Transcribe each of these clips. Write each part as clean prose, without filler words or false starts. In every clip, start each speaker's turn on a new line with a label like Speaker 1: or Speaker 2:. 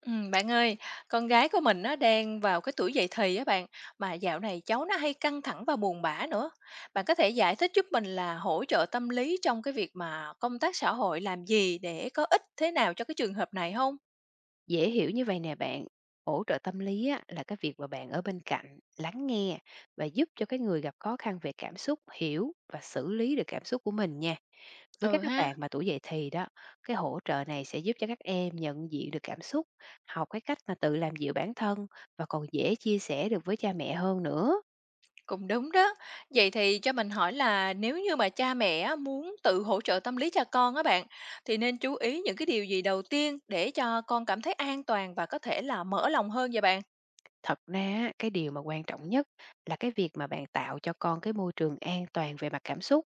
Speaker 1: Bạn ơi, con gái của mình nó đang vào cái tuổi dậy thì á bạn, mà dạo này cháu nó hay căng thẳng và buồn bã nữa. Bạn có thể giải thích giúp mình là hỗ trợ tâm lý trong cái việc mà công tác xã hội làm gì để có ích thế nào cho cái trường hợp này không?
Speaker 2: Dễ hiểu như vậy nè bạn, hỗ trợ tâm lý á, là cái việc mà bạn ở bên cạnh, lắng nghe và giúp cho cái người gặp khó khăn về cảm xúc hiểu và xử lý được cảm xúc của mình nha. Với
Speaker 1: Ừ
Speaker 2: các
Speaker 1: ha.
Speaker 2: bạn mà tuổi dậy thì đó, cái hỗ trợ này sẽ giúp cho các em nhận diện được cảm xúc, học cái cách mà tự làm dịu bản thân và còn dễ chia sẻ được với cha mẹ hơn nữa.
Speaker 1: Cũng đúng đó. Vậy thì cho mình hỏi là nếu như mà cha mẹ á, muốn tự hỗ trợ tâm lý cho con á bạn, thì nên chú ý những cái điều gì đầu tiên để cho con cảm thấy an toàn và có thể là mở lòng hơn vậy bạn?
Speaker 2: Thật ra á, cái điều mà quan trọng nhất là cái việc mà bạn tạo cho con cái môi trường an toàn về mặt cảm xúc,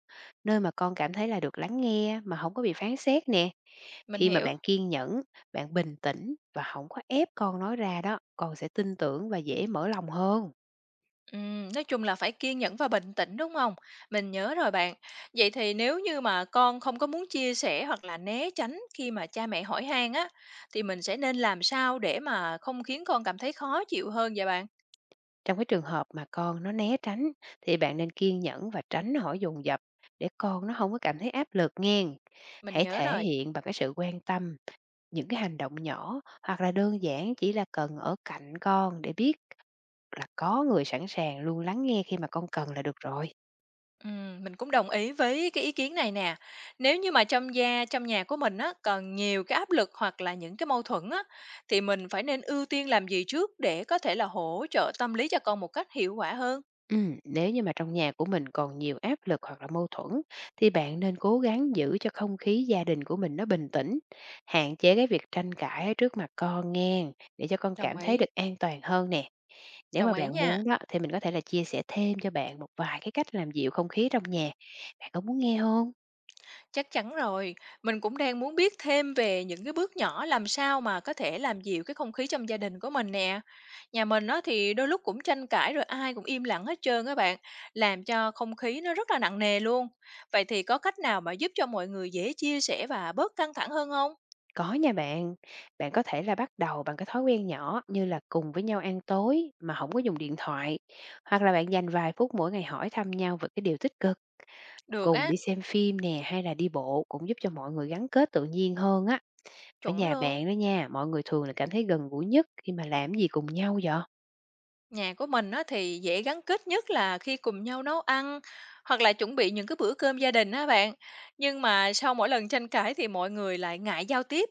Speaker 2: nơi mà con cảm thấy là được lắng nghe mà không có bị phán xét nè.
Speaker 1: Mình
Speaker 2: Khi mà
Speaker 1: hiểu.
Speaker 2: bạn kiên nhẫn, bạn bình tĩnh và không có ép con nói ra đó, con sẽ tin tưởng và dễ mở lòng hơn.
Speaker 1: Nói chung là phải kiên nhẫn và bình tĩnh, đúng không? Mình nhớ rồi bạn. Vậy thì nếu như mà con không có muốn chia sẻ hoặc là né tránh khi mà cha mẹ hỏi han á, thì mình sẽ nên làm sao để mà không khiến con cảm thấy khó chịu hơn vậy bạn?
Speaker 2: Trong cái trường hợp mà con nó né tránh thì bạn nên kiên nhẫn và tránh hỏi dồn dập để con nó không có cảm thấy áp lực nghe.
Speaker 1: Mình
Speaker 2: Hãy
Speaker 1: nhớ
Speaker 2: thể
Speaker 1: rồi.
Speaker 2: hiện bằng cái sự quan tâm, những cái hành động nhỏ hoặc là đơn giản chỉ là cần ở cạnh con để biết là có người sẵn sàng luôn lắng nghe khi mà con cần là được rồi.
Speaker 1: Mình cũng đồng ý với cái ý kiến này nè. Nếu như mà trong nhà của mình á, còn nhiều cái áp lực hoặc là những cái mâu thuẫn á, thì mình phải nên ưu tiên làm gì trước để có thể là hỗ trợ tâm lý cho con một cách hiệu quả hơn?
Speaker 2: Nếu như mà trong nhà của mình còn nhiều áp lực hoặc là mâu thuẫn thì bạn nên cố gắng giữ cho không khí gia đình của mình nó bình tĩnh, hạn chế cái việc tranh cãi ở trước mặt con nghe để cho con
Speaker 1: Đồng
Speaker 2: cảm thấy được
Speaker 1: ý,
Speaker 2: an toàn hơn nè. Nếu
Speaker 1: đồng
Speaker 2: mà
Speaker 1: ý
Speaker 2: bạn
Speaker 1: nha.
Speaker 2: muốn đó thì mình có thể là chia sẻ thêm cho bạn một vài cái cách làm dịu không khí trong nhà. Bạn có muốn nghe không?
Speaker 1: Chắc chắn rồi, mình cũng đang muốn biết thêm về những cái bước nhỏ làm sao mà có thể làm dịu cái không khí trong gia đình của mình nè. Nhà mình nó thì đôi lúc cũng tranh cãi rồi ai cũng im lặng hết trơn các bạn, làm cho không khí nó rất là nặng nề luôn. Vậy thì có cách nào mà giúp cho mọi người dễ chia sẻ và bớt căng thẳng hơn không?
Speaker 2: Có nha bạn. Bạn có thể là bắt đầu bằng cái thói quen nhỏ như là cùng với nhau ăn tối mà không có dùng điện thoại, hoặc là bạn dành vài phút mỗi ngày hỏi thăm nhau về cái điều tích cực.
Speaker 1: Được
Speaker 2: Cùng
Speaker 1: á,
Speaker 2: đi xem phim nè, hay là đi bộ cũng giúp cho mọi người gắn kết tự nhiên hơn á. Ở
Speaker 1: chuẩn
Speaker 2: nhà
Speaker 1: luôn.
Speaker 2: bạn đó nha, mọi người thường là cảm thấy gần gũi nhất khi mà làm gì cùng nhau vậy?
Speaker 1: Nhà của mình á thì dễ gắn kết nhất là khi cùng nhau nấu ăn hoặc là chuẩn bị những cái bữa cơm gia đình á bạn. Nhưng mà sau mỗi lần tranh cãi thì mọi người lại ngại giao tiếp.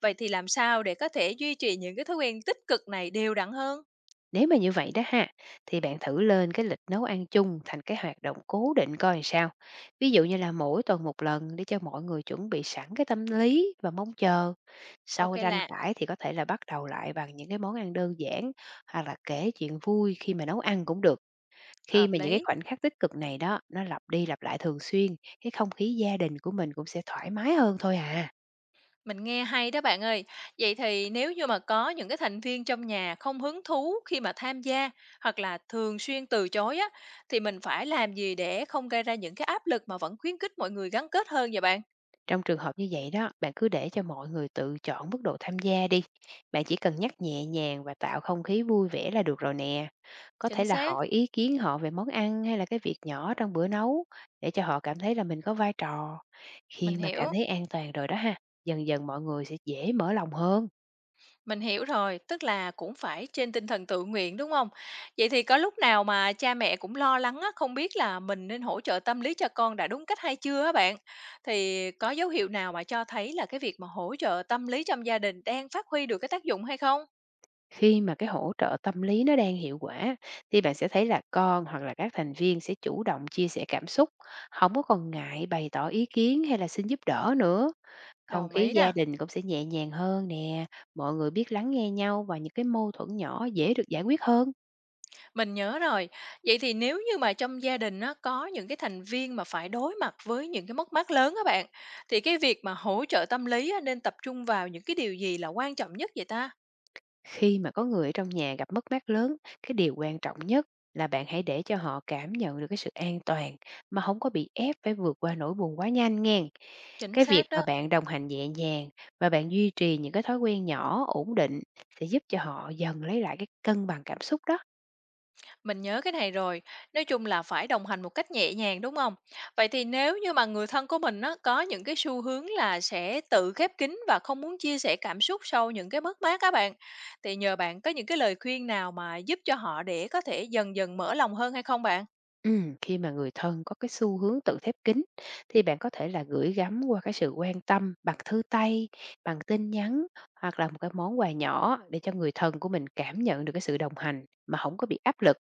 Speaker 1: Vậy thì làm sao để có thể duy trì những cái thói quen tích cực này đều đặn hơn?
Speaker 2: Nếu mà như vậy đó ha, thì bạn thử lên cái lịch nấu ăn chung thành cái hoạt động cố định coi làm sao. Ví dụ như là mỗi tuần một lần để cho mọi người chuẩn bị sẵn cái tâm lý và mong chờ.
Speaker 1: Ok
Speaker 2: Sau tranh
Speaker 1: là
Speaker 2: cãi thì có thể là bắt đầu lại bằng những cái món ăn đơn giản hoặc là kể chuyện vui khi mà nấu ăn cũng được. Khi
Speaker 1: hợp
Speaker 2: mà những cái
Speaker 1: lý.
Speaker 2: khoảnh khắc tích cực này đó, nó lặp đi lặp lại thường xuyên, cái không khí gia đình của mình cũng sẽ thoải mái hơn thôi à.
Speaker 1: Mình nghe hay đó bạn ơi. Vậy thì nếu như mà có những cái thành viên trong nhà không hứng thú khi mà tham gia hoặc là thường xuyên từ chối á thì mình phải làm gì để không gây ra những cái áp lực mà vẫn khuyến khích mọi người gắn kết hơn vậy bạn?
Speaker 2: Trong trường hợp như vậy đó, bạn cứ để cho mọi người tự chọn mức độ tham gia đi. Bạn chỉ cần nhắc nhẹ nhàng và tạo không khí vui vẻ là được rồi nè. Có
Speaker 1: Chính
Speaker 2: thể là
Speaker 1: xác.
Speaker 2: hỏi ý kiến họ về món ăn hay là cái việc nhỏ trong bữa nấu để cho họ cảm thấy là mình có vai trò. Khi
Speaker 1: Mình
Speaker 2: mà
Speaker 1: hiểu,
Speaker 2: cảm thấy an toàn rồi đó ha, dần dần mọi người sẽ dễ mở lòng hơn.
Speaker 1: mình hiểu rồi, tức là cũng phải trên tinh thần tự nguyện, đúng không? Vậy thì có lúc nào mà cha mẹ cũng lo lắng á, không biết là mình nên hỗ trợ tâm lý cho con đã đúng cách hay chưa á bạn? Thì có dấu hiệu nào mà cho thấy là cái việc mà hỗ trợ tâm lý trong gia đình đang phát huy được cái tác dụng hay không?
Speaker 2: Khi mà cái hỗ trợ tâm lý nó đang hiệu quả thì bạn sẽ thấy là con hoặc là các thành viên sẽ chủ động chia sẻ cảm xúc, không có còn ngại bày tỏ ý kiến hay là xin giúp đỡ nữa. Không
Speaker 1: Đồng
Speaker 2: khí
Speaker 1: ý
Speaker 2: gia
Speaker 1: nè,
Speaker 2: đình cũng sẽ nhẹ nhàng hơn nè, mọi người biết lắng nghe nhau và những cái mâu thuẫn nhỏ dễ được giải quyết hơn.
Speaker 1: mình nhớ rồi. Vậy thì nếu như mà trong gia đình nó có những cái thành viên mà phải đối mặt với những cái mất mát lớn các bạn, thì cái việc mà hỗ trợ tâm lý á, nên tập trung vào những cái điều gì là quan trọng nhất vậy ta?
Speaker 2: Khi mà có người ở trong nhà gặp mất mát lớn, cái điều quan trọng nhất là bạn hãy để cho họ cảm nhận được cái sự an toàn mà không có bị ép phải vượt qua nỗi buồn quá nhanh nghe.
Speaker 1: Chính
Speaker 2: Cái việc
Speaker 1: xác
Speaker 2: mà
Speaker 1: đó.
Speaker 2: bạn đồng hành nhẹ nhàng và bạn duy trì những cái thói quen nhỏ, ổn định sẽ giúp cho họ dần lấy lại cái cân bằng cảm xúc đó.
Speaker 1: Mình nhớ cái này rồi, nói chung là phải đồng hành một cách nhẹ nhàng, đúng không? Vậy thì nếu như mà người thân của mình á, có những cái xu hướng là sẽ tự khép kín và không muốn chia sẻ cảm xúc sau những cái mất mát á bạn, thì nhờ bạn có những cái lời khuyên nào mà giúp cho họ để có thể dần dần mở lòng hơn hay không bạn?
Speaker 2: Khi mà người thân có cái xu hướng tự khép kín thì bạn có thể là gửi gắm qua cái sự quan tâm bằng thư tay, bằng tin nhắn hoặc là một cái món quà nhỏ để cho người thân của mình cảm nhận được cái sự đồng hành mà không có bị áp lực.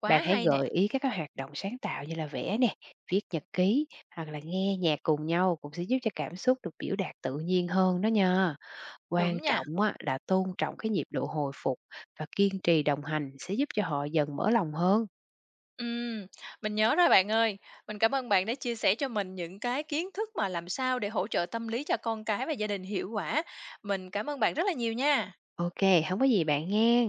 Speaker 1: Quá
Speaker 2: Bạn hãy
Speaker 1: hay nè,
Speaker 2: gợi ý các cái hoạt động sáng tạo như là vẽ nè, viết nhật ký hoặc là nghe nhạc cùng nhau cũng sẽ giúp cho cảm xúc được biểu đạt tự nhiên hơn đó nha.
Speaker 1: đúng
Speaker 2: Quan
Speaker 1: nha.
Speaker 2: trọng á là tôn trọng cái nhịp độ hồi phục và kiên trì đồng hành sẽ giúp cho họ dần mở lòng hơn.
Speaker 1: Ừm, mình nhớ rồi bạn ơi. Mình cảm ơn bạn đã chia sẻ cho mình những cái kiến thức mà làm sao để hỗ trợ tâm lý cho con cái và gia đình hiệu quả. Mình cảm ơn bạn rất là nhiều nha.
Speaker 2: OK, không có gì bạn nghe.